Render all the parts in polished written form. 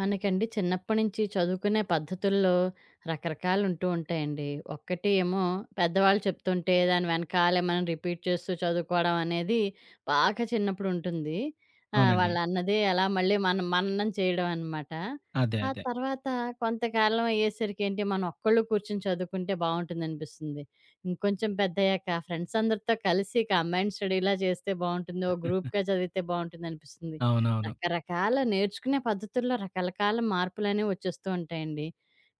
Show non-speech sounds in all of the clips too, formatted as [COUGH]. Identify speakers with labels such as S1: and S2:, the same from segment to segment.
S1: మనకండి చిన్నప్పటి నుంచి చదువుకునే పద్ధతుల్లో రకరకాలు ఉంటూ ఉంటాయండి. ఒక్కటి ఏమో పెద్దవాళ్ళు చెప్తుంటే దాని వెనకాలే మనం రిపీట్ చేస్తూ చదువుకోవడం అనేది బాగా చిన్నప్పుడు ఉంటుంది.
S2: అవునండి.
S1: వాళ్ళన్నదే అలా మళ్ళీ మనం మననం చేయడం అనమాట.
S2: అదే.
S1: ఆ
S2: అదే.
S1: తర్వాత కొంతకాలం అయ్యేసరికి ఏంటి మనం ఒక్కళ్ళు కూర్చొని చదువుకుంటే బావుంటుందనిపిస్తుంది. ఇంకొంచెం పెద్దయ్యాక ఫ్రెండ్స్ అందరితో కలిసి కంబైన్డ్ స్టడీలా చేస్తే బావుంటుంది. ఓ గ్రూప్‌గా చదివితే బావుంటుందనిపిస్తుంది.
S2: అవునవును.
S1: రకరకాల నేర్చుకునే పద్ధతుల్లో రకరకాల మార్పులనేవి వచ్చేస్తూ ఉంటాయండి.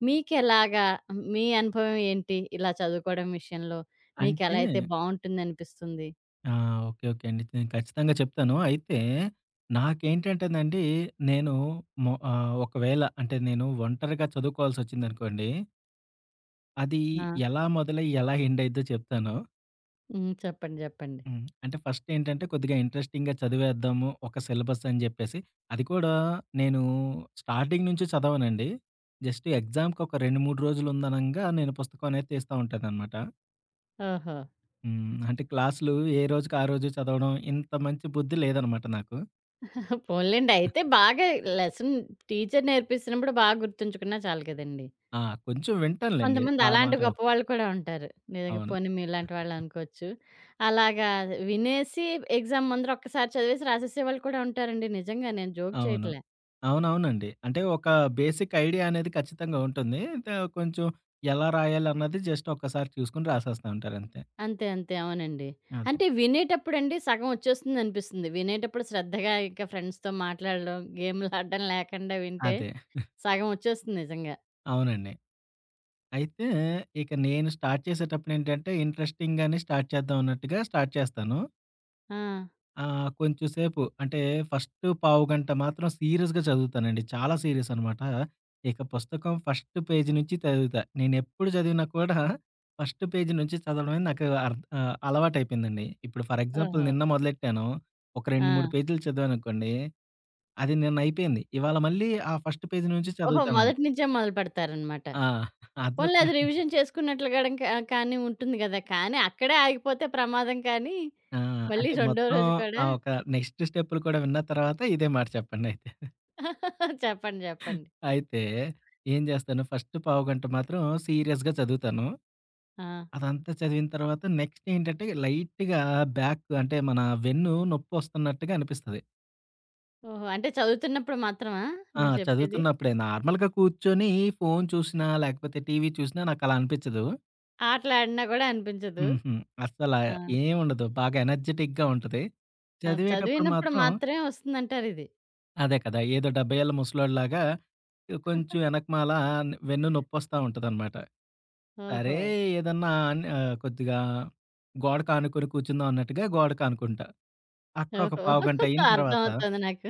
S1: మీకెలాగా మీ అనుభవం ఏంటి? ఇలా చదువుకోవడం విషయంలో
S2: అంటే
S1: మీకెలా అయితే బావుంటుందనిపిస్తుంది?
S2: ఓకే. ఓకే అండి. నేను ఖచ్చితంగా చెప్తాను. అయితే నాకేంటంటేనండి, నేను ఒకవేళ అంటే నేను ఒంటరిగా చదువుకోవాల్సొచ్చిందనుకోండి, అది
S1: ఆ!
S2: ఎలా మొదలై, ఎలా ఎండ్ అయిద్దో చెప్తాను.
S1: హ్మ్. చెప్పండి. చెప్పండి.
S2: హ్మ్. అంటే ఫస్ట్ ఏంటంటే కొద్దిగా ఇంట్రెస్టింగ్‌గా చదివేద్దాము ఒక సిలబస్ అని జెప్పేసి. అది కూడా నేను స్టార్టింగ్ నుంచి చదవనండి. జస్ట్ ఎగ్జామ్‌కి ఒక 2, 3 రోజులుందనంగా నేను పుస్తకం అనేది తీస్తా ఉంటాననమాట.
S1: ఓహో!
S2: హ్మ్. అంటే క్లాసులు ఏ రోజుకి ఆ రోజు చదవడం ఇంత మంచి బుద్ధి లేదనమాట నాకు.
S1: పోన్లెండి. అయితే బాగా లెసన్ టీచర్ నేర్పిస్తున్నప్పుడు బాగా గుర్తుంచుకున్నా చాలు కదండీ.
S2: ఆ! కొంచెం వింటానులెండి.
S1: కొంతమంది
S2: ఆ మాట
S1: అలాంటి
S2: ఓకే.
S1: గొప్పవాళ్ళు కూడా ఉంటారు. నిజంగా
S2: అవును.
S1: పోనీ మీలాంటి వాళ్ళనుకోవచ్చు. అలాగా వినేసి ఎగ్జామ్ ముందర ఒక్కసారి చదివేసి రాసేసేవాళ్ళు కూడా ఉంటారండి. నిజంగా నేను జోక్
S2: అవును.
S1: చేయట్లే.
S2: అవునవునండి. అంటే ఒక బేసిక్ ఐడియా అనేది ఖచ్చితంగా ఉంటుంది. కొంచెం ఎలా రాయాలన్నది జస్ట్ ఒక్కసారి చూసుకొని రాసేస్తా ఉంటారు అంతే.
S1: అంతే. అంతే. అవునండి.
S2: అదే.
S1: అంటే వినేటప్పుడండి సగం వచ్చేస్తుందనిపిస్తుంది. వినేటప్పుడు శ్రద్ధగా ఇక ఫ్రెండ్స్‌తో మాట్లాడడం, గేమ్‌లాడడం లేకుండా వింటే
S2: అదే.
S1: సగం వచ్చేస్తుంది నిజంగా.
S2: అవునండి. అయితే ఇక నేను స్టార్ట్ చేసేటప్పుడేంటంటే ఇంట్రెస్టింగ్‌గానే స్టార్ట్ చేద్దాం అన్నట్టుగా స్టార్ట్ చేస్తాను.
S1: ఆ!
S2: ఆ! కొంచెం సేపు అంటే ఫస్ట్ పావుగంట మాత్రం సీరియస్‌గా చదువుతానండి. చాలా సీరియస్ అనమాట. ఇక పుస్తకం ఫస్ట్ పేజీ నుంచి చదువుతా. నేనెప్పుడు చదివినా కూడా ఫస్ట్ పేజీ నుంచి చదవడమే నాకు అలవాటైపోయిందండి. ఇప్పుడు ఫర్ ఎగ్జాంపుల్
S1: ఆహా!
S2: నిన్న మొదలెట్టాను. ఒక 2,
S1: ఆ!
S2: 3 పేజీలు చదివాననుకోండి. అది నిన్న అయిపోయింది. ఇవాళ మళ్ళీ ఆ ఫస్ట్ పేజీ నుంచి
S1: ఓహో!
S2: చదువుతాననమాట.
S1: మొదటి నుంచే మొదలుపెడతారనమాట.
S2: ఆ! అదొక
S1: పోన్లే అది రివిజన్ చేసుకున్నట్లు గడం కానీ ఉంటుంది గదా! కానీ అక్కడే ఆగిపోతే ప్రమాదం కానీ,
S2: ఆ!
S1: మళ్ళీ
S2: అంటే
S1: రెండో
S2: మొత్తం
S1: రోజు
S2: ఆ
S1: కూడా
S2: ఒక నెక్స్ట్ స్టెప్పులు కూడా విన్న తర్వాత ఇదే మాట చెప్పండయితే.
S1: [LAUGHS] చెప్పండి. చెప్పండి.
S2: అయితే ఏం జేస్తాను, ఫస్ట్ పావుగంట మాత్రం సీరియస్‌గా చదువుతాను.
S1: ఆ!
S2: అదంతా చదివిన తర్వాత నెక్స్ట్ ఏంటంటే, లైట్‌గా బ్యాక్ అంటే మన వెన్ను నొప్పొస్తున్నట్టుగా అనిపిస్తది.
S1: ఓహో! అంటే చదువుతున్నప్పుడు మాత్రమా
S2: ఆ!
S1: మీరు చెప్పేది?
S2: చదువుతున్నప్పుడే. నార్మల్‌గా కూర్చొని ఫోను చూసినా, లేకపోతే టీవీ చూసినా నాకలా అనిపిచ్చదు.
S1: ఆటలాడినా గూడా అనిపించదు.
S2: హుహు. అస్సల
S1: ఆ!
S2: ఏముండదు. బాగా ఎనర్జిటిక్‌గా ఉంటది.
S1: ఆ!
S2: చదివేటప్పుడు
S1: చదివినప్పుడు
S2: మాత్రం
S1: మాత్రమే వస్తుందంటారిది.
S2: అదే కదా! ఏదో 70 ఏళ్ల ముసలోడిలాగా కొంచెం ఎనకమాల వెన్ను నొప్పొస్తా ఉంటదనమాట.
S1: ఓహో!
S2: సరే ఏదన్నా కొద్దిగా గోడకు ఆనుకొని కూర్చుందాం అన్నట్టుగా గోడకు ఆనుకుంటా. అక్కడ ఒక
S1: ఓహో!
S2: పావుగంట అయిన తర్వాత
S1: అర్థమవుతుంది నాకు.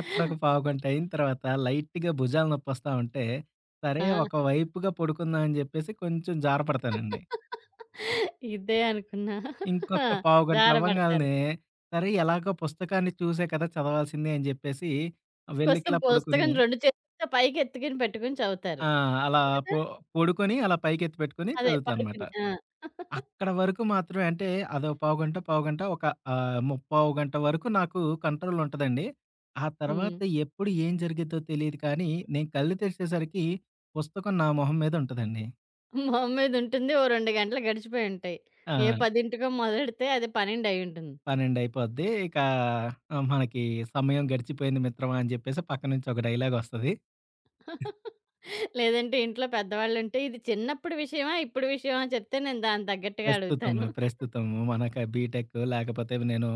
S2: అక్కడ ఒక పావుగంట అయిన తర్వాత లైట్‌గా భుజాలు నొప్పొస్తా ఉంటే, సరే
S1: ఆ!
S2: ఒక వైపుగా పడుకుందాం అని జెప్పేసి కొంచెం జారపడతానండి.
S1: ఇదే అనుకున్నా. ఆ!
S2: ఇంకొక పావుగంట
S1: జార పడతారు.
S2: అవ్వంగాల్నే సరే ఎలాగో పుస్తకాన్ని చూసే కదా చదవాల్సింది అని జెప్పేసి
S1: కోసం
S2: వెల్లికిలా పడుకుని
S1: పుస్తకం 2 చేతులతో పైకి ఎత్తుకొని పెట్టుకొని చదువుతారు.
S2: ఆ! అలా
S1: అంతే కదా!
S2: పొ పొడుకొని అలా పైకెత్తి పెట్టుకొని
S1: అదే
S2: చదువుతానన్నమాట.
S1: పడుకుని. ఆ!
S2: అక్కడ వరకు మాత్రమే అంటే అదో పావుగంట, పావుగంట ఒక ముప్పావు గంట వరకు నాకు కంట్రోల్ ఉంటదండి. ఆ
S1: హ్మ్.
S2: తర్వాత ఎప్పుడు ఏం జరిగిద్దో తెలీదు కానీ, నేను కళ్ళు తెరిచేసరికి పుస్తకం నా మొహం మీద ఉంటదండి.
S1: మొహం మీద ఉంటుంది. ఓ 2 గంటలు గడిచిపోయుంటాయి. ఏ
S2: ఆ!
S1: 10కో మొదలెడితే అది 12 అయ్యుంటుంది.
S2: 12 అయిపోద్ది. ఇక మనకి సమయం గడిచిపోయింది మిత్రమా అని చెప్పేసి పక్క నుంచి ఒక డైలాగొస్తది.
S1: లేదంటే ఇంట్లో పెద్దవాళ్ళుంటే, ఇది చిన్నప్పుడు విషయమా? ఇప్పుడు విషయమా? చెప్తే నేను దానికి తగ్గట్టుగా
S2: ప్రస్తుతం.
S1: అడుగుతాను. [LAUGHS]
S2: ప్రస్తుతము మనక బీటెక్ లేకపోతే నేను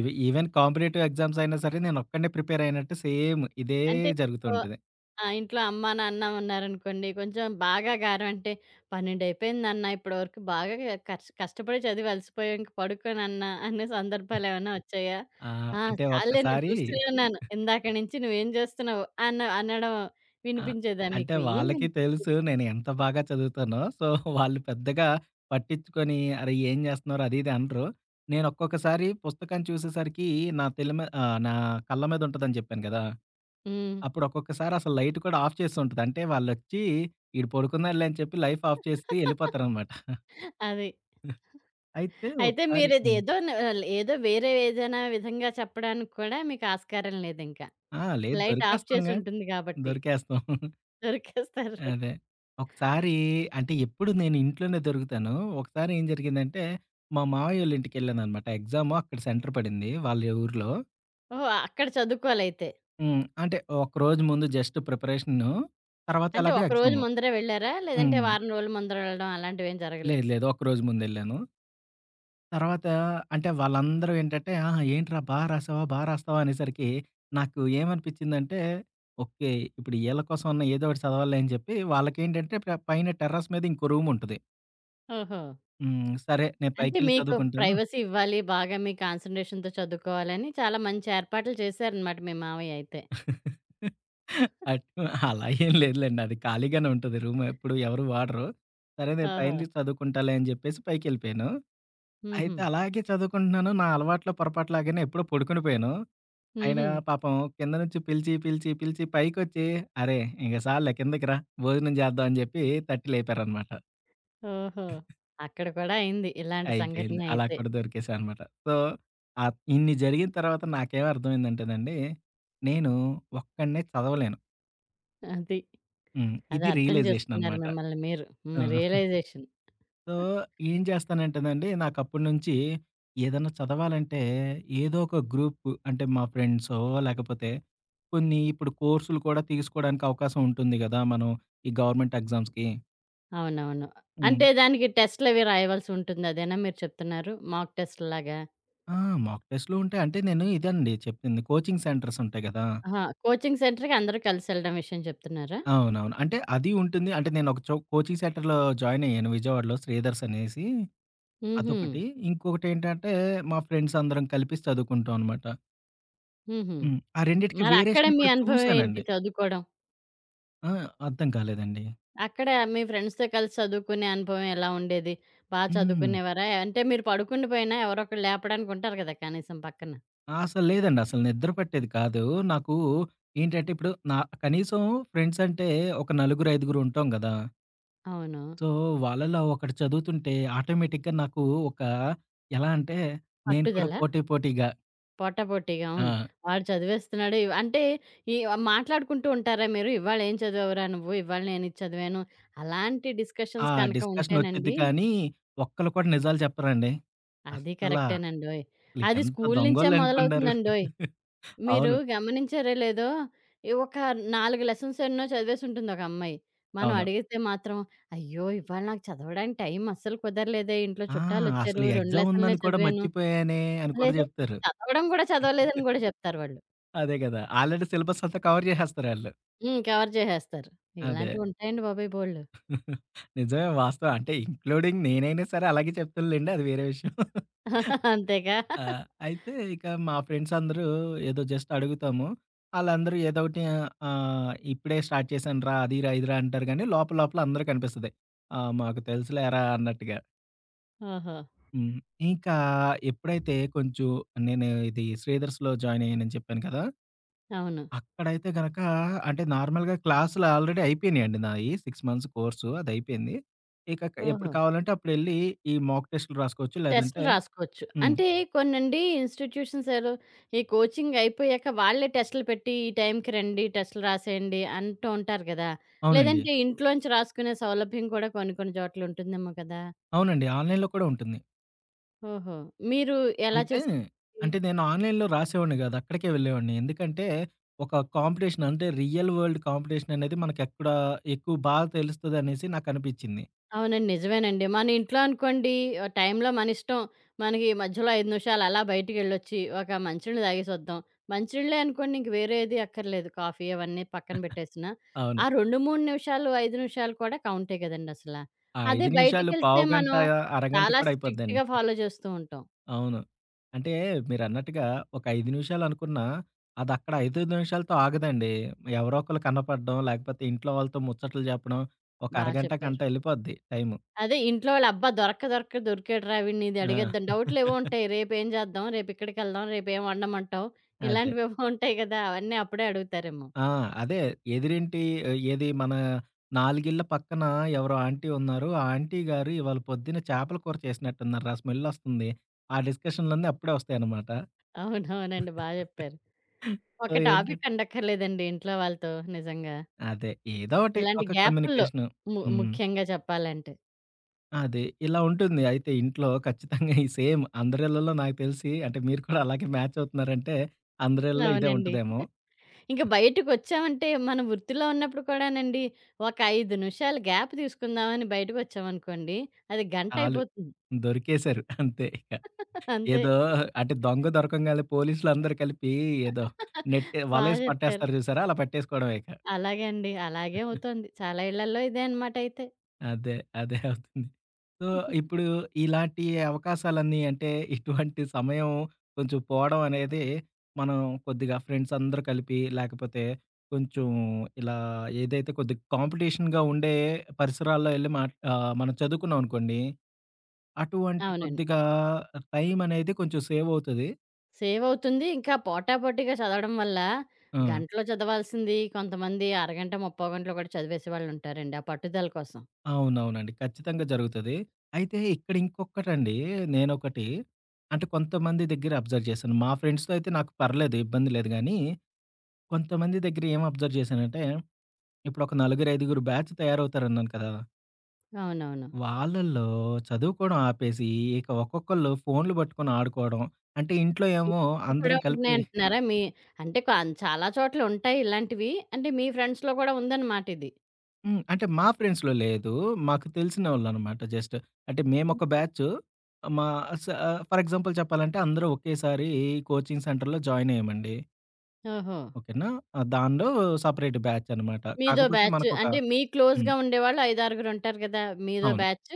S2: ఈవెన్ కాంపిటీటివ్ ఎగ్జామ్స్ అయినా సరే నేనొక్కడినే ప్రిపేర్ అయినట్టు సేమ్ ఇదే
S1: అంటే
S2: జరుగుతూ
S1: ఇంట్లో
S2: ఉంటది.
S1: ఆ! ఇంట్లో అమ్మ, నాన్న ఉన్నారనుకోండి. కొంచెం బాగా గారం అంటే, "12 అయిపోయింది నాన్న ఇప్పటి వరకు బాగా కష్టపడి చదివి అలసిపోయావు. ఇంక పడుకో నాన్న" అనే సందర్భాలేమన్నా వచ్చాయా? "ఆ!
S2: అంటే
S1: చాలులే నేను
S2: ఒక్కసారి
S1: చూస్తూనే ఉన్నాను. ఇందాక నుంచి నువ్వేం చేస్తున్నావు?" అనడం
S2: ఆహ్,
S1: వినిపించేదా
S2: అంటే
S1: మీకు? ఏం
S2: వాళ్ళకి
S1: వినిపించదు.
S2: తెలుసు నేను ఎంత బాగా చదువుతానో. సో, వాళ్ళు పెద్దగా పట్టించుకొని, "అరే! ఏం చేస్తున్నారు?" అది ఇది అనరు. నేనొక్కొక్కసారి పుస్తకాన్ని చూసేసరికి నా తెలి మీ ఆహ్, నా కళ్ళ మీద ఉంటదని చెప్పాను కదా!
S1: హ్మ్.
S2: అప్పుడు ఒక్కొక్కసారి అసలు లైట్ కూడా ఆఫ్ చేసుంటది. అంటే వాళ్ళొచ్చి, "ఈడు పడుకున్నాడులే" అని చెప్పి లైట్ ఆఫ్ చేసి
S1: [LAUGHS]
S2: ఎళ్ళిపోతారనమాట.
S1: అది.
S2: అయితే
S1: అయితే
S2: ఒకసారి
S1: మీరిది
S2: హ్మ్.
S1: ఏదో వేరే ఏదైనా విధంగా చెప్పడానికి కూడా మీకు ఆస్కారం లేదింకా.
S2: ఆ! లేదు,
S1: లైట్ ఆఫ్
S2: దొరికేస్తాంగా.
S1: చేసుంటుంది కాబట్టి.
S2: దొరికేస్తాం.
S1: దొరికేస్తారు.
S2: అదే. ఒకసారి అంటే ఎప్పుడు నేను ఇంట్లోనే దొరుకుతాను. ఒకసారి ఏం జరిగిందంటే, మా మావయ్యోళ్ళ ఇంటికెళ్ళాననమాట. ఎగ్జాము అక్కడ సెంటర్ పడింది వాళ్ళ ఊర్లో.
S1: ఓహ్! అక్కడ చదువుకోవాలయితే.
S2: హ్మ్. అంటే ఒకరోజు ముందు జస్ట్ ప్రిపరేషను. తర్వాత
S1: అంటే
S2: ఎలాగో
S1: ఒకరోజు
S2: ఎగ్జాము.
S1: ముందరే వెళ్లారా? లేదంటే
S2: హ్మ్.
S1: వారం రోజుల ముందర వెళ్ళడం అలాంటివేం
S2: లేదు
S1: జరగలేదు.
S2: లేదు. ఒకరోజు ముందెళ్ళాను. తర్వాత అంటే వాళ్ళందరూ ఏంటంటే, "ఆహా! ఏంట్రా బా రాసావా? బా రాస్తావా?" అనేసరికి నాకు ఏమనిపించిందంటే, ఓకే. ఇప్పుడు ఈళ్ళ కోసం అన్న ఏదో ఒకటి చదవాలిలే అని చెప్పి, వాళ్ళకేంటంటే పైన టెర్రస్ మీద ఇంకో రూమ్ ఉంటది.
S1: ఓహో!
S2: హ్మ్. సరే, నేను
S1: అంటే
S2: పైకెళ్ళి
S1: మీకు
S2: చదువుకుంటాను.
S1: ప్రైవసీ ఇవ్వాలి. బాగా మీ కాన్సంట్రేషన్‌తో చదువుకోవాలని చాలా మంచి ఏర్పాట్లు చేశారనమాట మీ మావయ్య అయితే.
S2: [LAUGHS] అటు అలా ఏం లేదులెండి. అది ఖాళీగానే ఉంటది రూమ్. ఎప్పుడు ఎవరు వాడరు. సరే, నేను
S1: ఓహో!
S2: పైనుంచి చదువుకుంటాలే అని చెప్పేసి పైకెళ్ళిపోయాను.
S1: హుహు.
S2: అయితే అలాగే చదువుకుంటున్నాను. నా అలవాట్లో పొరపాటులాగానే ఎప్పుడో పడుకొని పోయాను. ఆయన
S1: హుహు.
S2: పాపం కింద నుంచి పిలిచి, పిలిచి, పిలిచి పైకొచ్చి, "అరే! ఇంక సాల్లే కిందకి రా, భోజనం చేద్దాం" అని చెప్పి తట్టి లేపారనమాట.
S1: ఓహో! అక్కడ కూడా అయింది ఇలాంటి
S2: అయిపోయింది.
S1: సంఘటన
S2: అలా
S1: అయితే.
S2: కూడా దొరికేసానమాట. సో, ఇన్ని జరిగిన తర్వాత నాకేం అర్థమైందంటేనండి, నేను ఒక్కడినే చదవలేను.
S1: అది.
S2: హ్మ్.
S1: అదే
S2: ఇది
S1: అర్థం
S2: రియలైజేషన్
S1: చేసుకున్నారు
S2: అనమాట.
S1: మిమ్మల్ని మీరు.
S2: ఆ!
S1: హ్మ్. రియలైజేషన్.
S2: సో, ఏం చేస్తానంటేనండి నాకప్పటి నుంచి ఏదన్నా చదవాలంటే ఏదో ఒక గ్రూప్ అంటే మా ఫ్రెండ్సో లేకపోతే కొన్ని ఇప్పుడు కోర్సులు కూడా తీసుకోవడానికి అవకాశం ఉంటుంది గదా! మనం ఈ గవర్నమెంట్ ఎగ్జామ్స్‌కి.
S1: అవునవును.
S2: హ్మ్.
S1: అంటే దానికి టెస్ట్‌లవి రాయవలసి ఉంటుంది. అదేనా మీరు చెప్తున్నారు? మాక్ టెస్ట్‌లాగా?
S2: ఆ! మాక్ టెస్ట్‌లు ఉంటాయి. అంటే నేను ఇదండి చెప్తుంది కోచింగ్ సెంటర్స్ ఉంటాయి గదా!
S1: ఆహా! కోచింగ్ సెంటర్‌కి అందరూ కలిసెళ్ళడం విషయం చెప్తున్నారా?
S2: అవునవును. అంటే అది ఉంటుంది. అంటే నేను ఒక చో కోచింగ్ సెంటర్‌లో జాయిన్ అయ్యాను విజయవాడలో శ్రీధర్స్ అనేసి.
S1: హుహు.
S2: అదొకటి. ఇంకొకటేంటంటే మా ఫ్రెండ్స్ అందరం కలిపి చదువుకుంటాం అనమాట.
S1: హుహు.
S2: హ్మ్. ఆ రెండిటికి
S1: మరక్కడ
S2: వేరియేషన్
S1: మీ
S2: కూడా
S1: అనుభవం ఏంటి
S2: చూసానండి.
S1: చదువుకోవడం?
S2: ఆ! అర్థం కాలేదండి.
S1: అక్కడ మీ ఫ్రెండ్స్‌తో కలిసి చదువుకునే అనుభవం ఎలా ఉండేది? బా
S2: హ్మ్.
S1: చదువుకునేవారా? అంటే మీరు పడుకుండిపోయినా ఎవరో ఒకళ్ళు లేపడానికి ఉంటారు కదా! కనీసం పక్కన.
S2: అసలు లేదండి. అసలు నిద్ర పట్టేది కాదు. నాకు ఏంటంటే ఇప్పుడు నా కనీసం ఫ్రెండ్స్ అంటే ఒక నలుగురు, ఐదుగురు ఉంటాం గదా!
S1: అవును.
S2: సో, వాళ్ళలో ఒకడు చదువుతుంటే ఆటోమేటిక్‌గా నాకు ఒక ఎలా అంటే నేను కూడా
S1: పట్టుదల?
S2: పోటీ పోటీగా
S1: పోటాపోటీగా. అవును.
S2: ఆ!
S1: వాడు చదివేస్తున్నాడు. అంటే ఈ మాట్లాడుకుంటూ ఉంటారా మీరు? "ఇవాళ ఏం చదివావురా నువ్వు? ఇవాళ నేను ఇది చదివాను." అలాంటి
S2: ఆ
S1: డిస్కషన్స్ కనుక
S2: డిస్కషన్ వచ్చిద్ది
S1: ఉంటేనండి
S2: కానీ ఒక్కళ్ళు కూడా నిజాలు చెప్పరండి.
S1: అది
S2: అస్సలా
S1: కరెక్టేనండోయ్!
S2: అసలు
S1: అది
S2: ఎంత
S1: స్కూల్ నుంచే
S2: దొంగోళ్ళు అనుకున్నారు.
S1: మొదలవుతుందండోయ్! మీరు
S2: అవును.
S1: గమనించారో లేదో, ఈ ఒక 4 లెసన్స్ ఎన్నో చదివేసుంటుంది ఒక అమ్మాయి. మనం
S2: అవును.
S1: అడిగితే మాత్రం, "అయ్యో! ఇవాళ నాకు చదవడానికి టైం అస్సలు కుదరలేదే. ఇంట్లో
S2: ఆ! అసలు
S1: చుట్టాలొచ్చారు. 2
S2: ఎగ్జామ్
S1: లెసన్లే
S2: ఉందని కూడా
S1: చదివాను."
S2: మర్చిపోయానే అని కూడా
S1: లేదా
S2: జెప్తారు.
S1: చదవడం గూడా చదవలేదని గూడా జెప్తారు వాళ్ళు.
S2: అదే గదా! ఆల్రెడీ సిలబస్ అంతా కవర్ జేసేస్తారాళ్ళు.
S1: హ్మ్. కవర్ చేసేస్తారు.
S2: అదే.
S1: ఇలాంటివుంటాయండి బాబోయ్ బోలెడు.
S2: నిజమే వాస్తవం. అంటే ఇంక్లూడింగ్ నేనైనా సరే అలాగే చెప్తానులెండి. అది వేరే విషయం.
S1: అంతేగా?
S2: ఆ! అయితే ఇక మా ఫ్రెండ్స్ అందరూ ఏదో జస్ట్ అడుగుతాము. ఆళ్ళందరూ ఏదో ఒకటి ఆహ్, ఆహ్, ఇప్పుడే స్టార్ట్ చేశానురా అదిరా, ఇదిరా అంటారు గానీ లోపల లోపల అందరూ కనిపిస్తది. ఆ! మాకు తెలుసులేరా అన్నట్టుగా.
S1: ఓహో!
S2: హ్మ్. ఇంకా ఎప్పుడైతే కొంచెం నేను ఇది శ్రీధర్స్‌లో జాయిన్ అయ్యానని చెప్పాను కదా!
S1: అవును.
S2: అక్కడైతే గనక అంటే నార్మల్‌గా క్లాసులు ఆల్రెడీ అయిపోయినాయండి నాయి. 6 మంత్స్ కోర్సు అదయిపోయింది. ఇక ఎప్పుడు
S1: ఓహో!
S2: కావాలంటే అప్పుడెళ్లి ఈ మాక్ టెస్ట్‌లు రాసుకోవచ్చు. లేదంటే
S1: టెస్ట్‌లు రాసుకోవచ్చు.
S2: హ్మ్.
S1: అంటే కొన్నండి ఇన్‌స్టిట్యూషన్స్ ఏదో ఈ కోచింగ్ అయిపోయాక వాళ్ళే టెస్ట్‌లు పెట్టి ఈ టైంకి రండి, టెస్ట్‌లు రాసేయండి అంటూ ఉంటారు కదా!
S2: అవునండి.
S1: లేదంటే ఇంట్లోంచి రాసుకునే సౌలభ్యం కూడా కొన్ని కొన్ని చోట్ల ఉంటుందేమో కదా!
S2: అవునండి. ఆన్‌లైన్‌లో కూడా ఉంటుంది.
S1: ఓహో! మీరు ఎలా
S2: అయితే
S1: చేసారండి?
S2: అంటే నేను ఆన్‌లైన్‌లో రాసేవాడిని గాదు. అక్కడికే వెళ్ళేవాడిని. ఎందుకంటే ఒక కాంపిటీషన్ అంటే రియల్ వరల్డ్ కాంపిటీషన్ అనేది మనకెక్కడ ఎక్కువ బాగా తెలుస్తదనేసి నాకనిపిచ్చింది.
S1: అవునండి. నిజమేనండి. మన ఇంట్లో అనుకోండి టైంలో మనిష్టం. మనకి మధ్యలో 5 నిమిషాలు అలా బయటికెళ్ళొచ్చి, ఒక మంచినీళ్ళు తాగేసొద్దాం. మంచినీళ్ళే అనుకోండి ఇంక వేరే ఏది అక్కర్లేదు. కాఫీ అవన్నీ పక్కన పెట్టేసినా,
S2: అవును.
S1: ఆ 2, 3 నిమిషాలు, 5 నిమిషాలు కూడా కౌంటే కదండీ అసలా.
S2: ఆ
S1: అదే
S2: 5 నిమిషాలు
S1: బయటికెళ్తే
S2: పావుగంట,
S1: మనం
S2: అరగంట
S1: చాలా
S2: కూడా అయిపోద్దండి.
S1: స్ట్రిక్ట్‌గా ఫాలో చేస్తూ ఉంటాం.
S2: అవును. అంటే మీరన్నట్టుగా ఒక 5 నిమిషాలనుకున్నా, అదక్కడ 5 నిమిషాలతో ఆగదండి. ఎవరో ఒకళ్ళు కనపడడం, లేకపోతే ఇంట్లో వాళ్ళతో ముచ్చట్లు చెప్పడం, ఒక
S1: బా
S2: అరగంట, గంట
S1: చెప్పారు.
S2: ఎళ్ళిపోద్ది టైము.
S1: అదే ఇంట్లో వాళ్ళు, "అబ్బా! దొరక్క దొరక్క దొరికాడురా వీడిని ఇది
S2: ఆ!
S1: అడిగేద్దాం." డౌట్‌లేవో ఉంటాయి. రేపేం చేద్దాం? రేపిక్కడికెళ్దాం? రేపేం వండమంటావు?
S2: అదే.
S1: ఇలాంటివేవో ఉంటాయి కదా! అవన్నీ అప్పుడే అడుగుతారేమో.
S2: ఆ! అదే ఎదిరింటి ఏది మన నాలుగిళ్ళ పక్కన ఎవరో ఆంటీ ఉన్నారు. ఆ ఆంటీ గారు ఇవాళ పొద్దున చేపల కూర చేసినట్టున్నారు. ఆ స్మెల్లొస్తుంది. ఆ డిస్కషన్‌లన్నీ అప్పుడే వస్తాయన్నమాట.
S1: అవునవునండి. బా జెప్పారు.
S2: సో,
S1: ఒక
S2: ఏంటంటే
S1: టాపిక్ అనక్కర్లేదండి ఇంట్లో వాళ్ళతో నిజంగా.
S2: అదే. ఏదో ఒకటి
S1: ఇలాంటి
S2: ఒక
S1: గ్యాపుల్లో
S2: కమ్యూనికేషను.
S1: ము
S2: హ్మ్.
S1: ముఖ్యంగా చెప్పాలంటే.
S2: అదే. ఇలా ఉంటుంది. అయితే ఇంట్లో ఖచ్చితంగా ఈ సేమ్ అందరిళ్ళలో నాకు తెలిసి అంటే మీరు కూడా అలాగే మ్యాచ్ అవుతున్నారంటే అందరిళ్ళలో ఇదే
S1: అవునండి.
S2: ఉంటదేమో!
S1: ఇంక బయటకొచ్చామంటే మన వృత్తిలో ఉన్నప్పుడు కూడానండి ఒక 5 నిమిషాలు గ్యాప్ తీసుకుందామని బయటకొచ్చామనుకోండి అది
S2: చాలు.
S1: గంటయిపోతుంది.
S2: దొరికేసారు. అంతే ఇక.
S1: అంతే.
S2: ఏదో అంటే దొంగ దొరకంగానే పోలీసులందరూ కలిపి ఏదో నెట్
S1: బా
S2: వలేసి
S1: జెప్పారు.
S2: పట్టేస్తారు చూసారా? అలా పట్టేసుకోవడమే ఇక.
S1: అలాగే అండి. అలాగే అవుతోంది. చాలా ఇళ్లల్లో ఇదే అనమాటయితే.
S2: అదే. అదే అవుతుంది. సో, ఇప్పుడు ఇలాంటి అవకాశాలన్నీ అంటే ఇటువంటి సమయం కొంచెం పోవడం అనేది మనం కొద్దిగా ఫ్రెండ్స్ అందరూ కలిపి లేకపోతే కొంచెం ఇలా ఏదైతే కొద్దిగా కాంపిటీషన్‌గా ఉండే పరిసరాల్లో ఎళ్లి మనం చదువుకున్నాం అనుకోండి. అటువంటి
S1: అవునండి.
S2: కొద్దిగా టైం అనేది కొంచెం సేవ్ అవుతది.
S1: సేవవుతుంది. ఇంకా పోటాపోటీగా చదవడం వల్ల
S2: ఆ!
S1: గంటలో చదవాల్సింది కొంతమంది అరగంట, ముప్పో గంటలో కూడా చదివేసేవాళ్ళుంటారండి ఆ పట్టుదల కోసం.
S2: అవునవునండి. ఖచ్చితంగా జరుగుతది. అయితే ఇక్కడ ఇంకొకటండి నేనొకటి అంటే కొంతమంది దగ్గర అబ్జర్వ్ చేశాను. మా ఫ్రెండ్స్‌తో అయితే నాకు పర్లేదు ఇబ్బంది లేదు గానీ, కొంతమంది దగ్గర ఏం అబ్జర్వ్ చేశానంటే, ఇప్పుడొక నలుగురు, ఐదుగురు బ్యాచ్ తయారవుతారన్నాను కదా!
S1: అవునవును.
S2: వాళ్ళల్లో చదువుకోవడం ఆపేసి, ఇక ఒక్కొక్కళ్ళు ఫోన్‌లు పట్టుకొని ఆడుకోవడం. అంటే ఇంట్లో ఏమో
S1: ఇవి కూడా
S2: అందరం కలిపి
S1: ఉంటున్నాయంటున్నారా? మీ అంటే చాలా చోట్ల ఉంటాయి ఇలాంటివి. అంటే మీ ఫ్రెండ్స్‌లో కూడా ఉందన్నమాట ఇది.
S2: హ్మ్. అంటే మా ఫ్రెండ్స్‌లో లేదు. మాకు తెలిసినోళ్ళనమాట జస్ట్. అంటే మేమొక
S1: హ్మ్.
S2: బ్యాచు. మా స ఫర్ ఎగ్జాంపుల్ చెప్పాలంటే అందరూ ఒకేసారి కోచింగ్ సెంటర్‌లో జాయిన్ అయ్యామండి.
S1: ఓహో!
S2: ఓకేనా? దానిలో సెపరేట్ బ్యాచ్ అనమాట.
S1: మీదో
S2: కాకపోతే
S1: బ్యాచ్
S2: మనకొక
S1: అంటే మీ
S2: హ్మ్.
S1: క్లోజ్‌గా ఉండేవాళ్ళు 5, 6 ఉంటారు కదా! మీదో
S2: అవును.
S1: బ్యాచ్.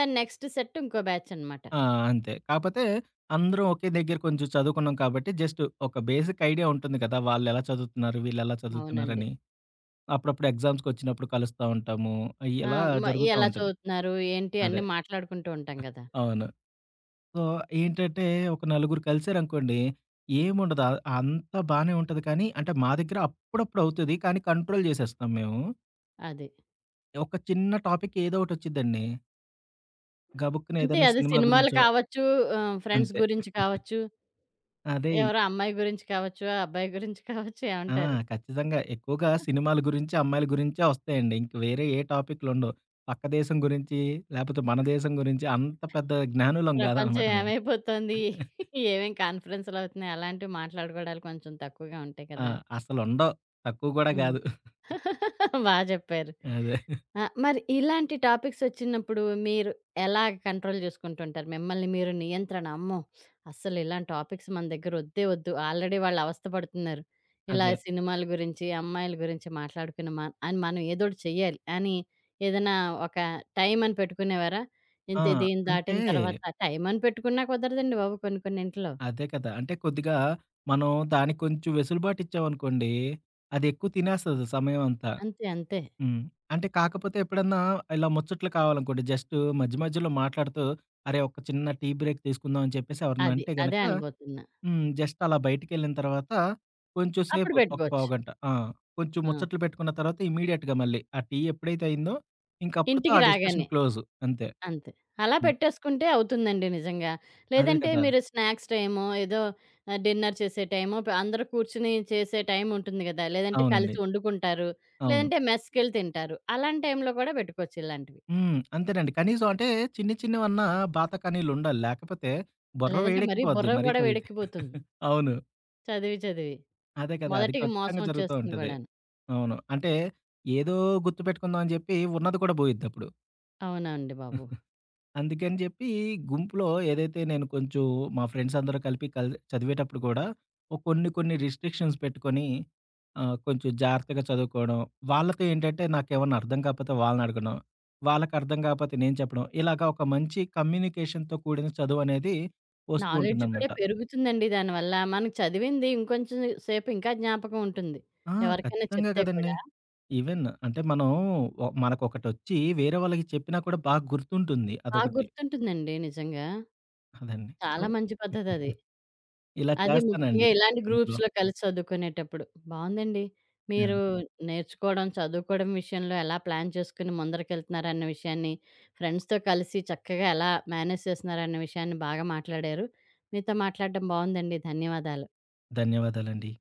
S1: దాని నెక్స్ట్ సెట్ ఇంకో బ్యాచ్ అనమాట.
S2: ఆ! అంతే. కాపోతే అందరం ఒకే దగ్గర కొంచెం చదువుకున్నాం కాబట్టి జస్ట్ ఒక బేసిక్ ఐడియా ఉంటుంది కదా! వాళ్ళెలా చదువుతున్నారు, వీళ్ళెలా
S1: అవునండి.
S2: చదువుతున్నారని. అప్పుడప్పుడు ఎగ్జామ్స్‌కొచ్చినప్పుడు కలుస్తా ఉంటాము.
S1: ఆ!
S2: ఇలా
S1: మ
S2: జరుగుతా
S1: ఎలా
S2: ఉంటది.
S1: చదువుతున్నారు? ఏంటి అన్నీ
S2: అదే.
S1: మాట్లాడుకుంటూ ఉంటాం గదా!
S2: అవును. సో, ఏంటంటే ఒక నలుగురు కలిసారనుకోండి, ఏముండదు. అంతా బానే ఉంటది కానీ, అంటే మా దగ్గర అప్పుడప్పుడు అవుతది. కానీ కంట్రోల్ జేసేస్తాం మేము.
S1: అది.
S2: ఒక చిన్న టాపిక్ ఏదో ఒకటి వచ్చిద్దండి. గబుక్కున
S1: అంతే.
S2: ఏదైనా
S1: అది
S2: సినిమా
S1: సినిమాలు
S2: గురించో
S1: కావచ్చు, ఫ్రెండ్స్
S2: అంతే.
S1: గురించి కావచ్చు,
S2: అదే
S1: ఎవరో అమ్మాయి గురించి కావచ్చు, ఆ అబ్బాయి గురించి కావచ్చు
S2: ఆ!
S1: ఏమంటారు?
S2: ఖచ్చితంగా. ఎక్కువగా సినిమాల గురించి, అమ్మాయిల గురించే వస్తాయండి. ఇంక వేరే ఏ టాపిక్‌లుండవు. పక్క దేశం గురించి, లేపోతే మన దేశం గురించి అంత పెద్ద జ్ఞానులం
S1: ప్రపంచం
S2: గాదనమాట మేము.
S1: ఏమైపోతోంది? ఏమేం కాన్ఫరెన్స్‌లవుతున్నాయి? అలాంటివి మాట్లాడుకోవడాలు కొంచెం తక్కువగా ఉంటాయి
S2: ఆ!
S1: కదా!
S2: అసలుండవు. తక్కువ గూడా
S1: హ్మ్.
S2: గాదు.
S1: బా చెప్పారు.
S2: అదే.
S1: ఆ! మరి ఇలాంటి టాపిక్స్ వచ్చినప్పుడు మీరు ఎలా కంట్రోల్ జేసుకుంటుంటారు? మిమ్మల్ని మీరు నియంత్రణ అమ్మో! అస్సలు ఇలాంటి టాపిక్స్ మన దగ్గర వద్దే వద్దు. ఆల్రెడీ వాళ్ళు అవస్థ పడుతున్నారు. ఇలా
S2: అదే.
S1: సినిమాల గురించి, అమ్మాయిల గురించి మాట్లాడుకుని అని మనం ఏదోటి చెయ్యాలి అని ఏదైనా ఒక టైం అని పెట్టుకునేవారా?
S2: ఆ!
S1: ఇంత దీన్ని
S2: అంటే
S1: దాటిన తర్వాత టైం అని పెట్టుకున్నా కుదరదండి బాబు కొన్ని కొన్ని ఇంట్లో.
S2: అదే కదా! అంటే కొద్దిగా మనం దానికి కొంచెం వెసులుబాటు ఇచ్చామనుకోండి, అది ఎక్కువ తినేస్తది సమయం అంతా.
S1: అంతే అంతే.
S2: హ్మ్. అంటే కాకపోతే ఎప్పుడన్నా ఇలా ముచ్చట్లు కావాలనుకోండి, జస్ట్ మధ్యలో మాట్లాడుతూ, అరే! ఒక చిన్న టీ బ్రేక్ తీసుకుందాం అని చెప్పేసి ఎవరన్నా
S1: అది.
S2: అంటే
S1: అదే
S2: గనక
S1: అనబోతున్నా.
S2: హ్మ్. జస్ట్ అలా బయటికెళ్ళిన తర్వాత కొంచెం
S1: అప్పుడు
S2: సేపు ఒక
S1: పెట్టుకోవచ్చు.
S2: పావుగంట ఆ! కొంచెం
S1: ఆ!
S2: ముచ్చట్లు పెట్టుకున్న తర్వాత ఇమ్మీడియేట్‌గా మళ్ళీ ఆ టీ ఎప్పుడైతే అయిందో ఇంకప్పుడుతో
S1: ఇంటికి
S2: ఆ డిస్కషన్
S1: రాగానే.
S2: క్లోజ్ అంతే.
S1: అంతే. అలా
S2: హ్మ్.
S1: పెట్టేసుకుంటే అవుతుందండి నిజంగా.
S2: అదే
S1: లేదంటే
S2: కదా!
S1: మీరు స్నాక్స్ టైమో, ఏదో డిన్నర్ చేసే టైమో అందరూ కూర్చొని చేసే టైం ఉంటుంది గదా! లేదంటే
S2: అవునండి.
S1: కలిసి వండుకుంటారు.
S2: అవును.
S1: లేదంటే మెస్‌కెళ్ళి తింటారు. అలాంటి టైంలో కూడా పెట్టుకోవచ్చు ఇలాంటివి.
S2: హ్మ్. అంతేనండి. కనీసం అంటే చిన్ని చిన్నవన్నా బాతకానీలుండాలి. లేకపోతే బుర్ర
S1: లేదంటే మరీ
S2: వేడెక్కిపోద్ది
S1: బుర్ర
S2: మరీ
S1: గూడా
S2: చదివితే.
S1: వేడెక్కిపోతుంది.
S2: అవును.
S1: చదివి చదివి.
S2: అదే కదా! అది
S1: మొదటికి మోసం
S2: ఖచ్చితంగా జరుగుతూ
S1: వచ్చేస్తుంది
S2: ఉంటది.
S1: గూడాను.
S2: అవును. అంటే ఏదో గుర్తుపెట్టుకుందాం అని జెప్పి ఉన్నది కూడా బోయిద్దప్పుడు.
S1: అవునండి బాబు.
S2: అందుకని చెప్పి గుంపులో ఏదైతే నేను కొంచెం మా ఫ్రెండ్స్ అందరూ కలిపి చదివేటప్పుడు కూడా ఓ కొన్ని కొన్ని రిస్ట్రిక్షన్స్ పెట్టుకొని కొంచెం జాగ్రత్తగా చదువుకోవడం. వాళ్ళతో ఏంటంటే నాకేమన్నా అర్థం కాకపోతే వాళ్ళని అడగడం. వాళ్ళకి అర్థం కాకపోతే నేను చెప్పడం. ఇలాగా ఒక మంచి కమ్యూనికేషన్‌తో కూడిన చదువనేది వస్తూ
S1: నాలెడ్జ్ కూడా
S2: ఉంటుందనమాట.
S1: పెరుగుతుందండి దానివల్ల. మనం చదివింది ఇంకొంచెం సేపు ఇంకా జ్ఞాపకం ఉంటుంది.
S2: ఆ!
S1: ఎవరికైనా
S2: ఖచ్చితంగా
S1: చెప్తే
S2: కదండీ.
S1: కూడా
S2: ఈవెన్ అంటే మనం మనకొకటొచ్చి వేరే వాళ్ళకి చెప్పినా కూడా బాగా గుర్తుంటుంది
S1: బా
S2: అదొకటి.
S1: గుర్తుంటుందండి నిజంగా.
S2: అదండి. సో,
S1: చాలా మంచి పద్ధతది. అది
S2: [LAUGHS] ఇలా
S1: అది ముఖ్యంగా
S2: చేస్తానండి
S1: ఇలాంటి
S2: గుంపులో.
S1: గ్రూప్స్‌లో కలిసి చదువుకునేటప్పుడు. బావుందండి.
S2: ఆ!
S1: మీరు నేర్చుకోవడం, చదువుకోవడం విషయంలో ఎలా ప్లాన్ చేసుకొని ముందరకెళ్తున్నారన్న విషయాన్ని, ఫ్రెండ్స్‌తో కలిసి చక్కగా ఎలా మేనేజ్ చేస్తున్నారన్న విషయాన్ని బాగా మాట్లాడారు. మీతో మాట్లాడడం బావుందండి. ధన్యవాదాలు.
S2: ధన్యవాదాలండి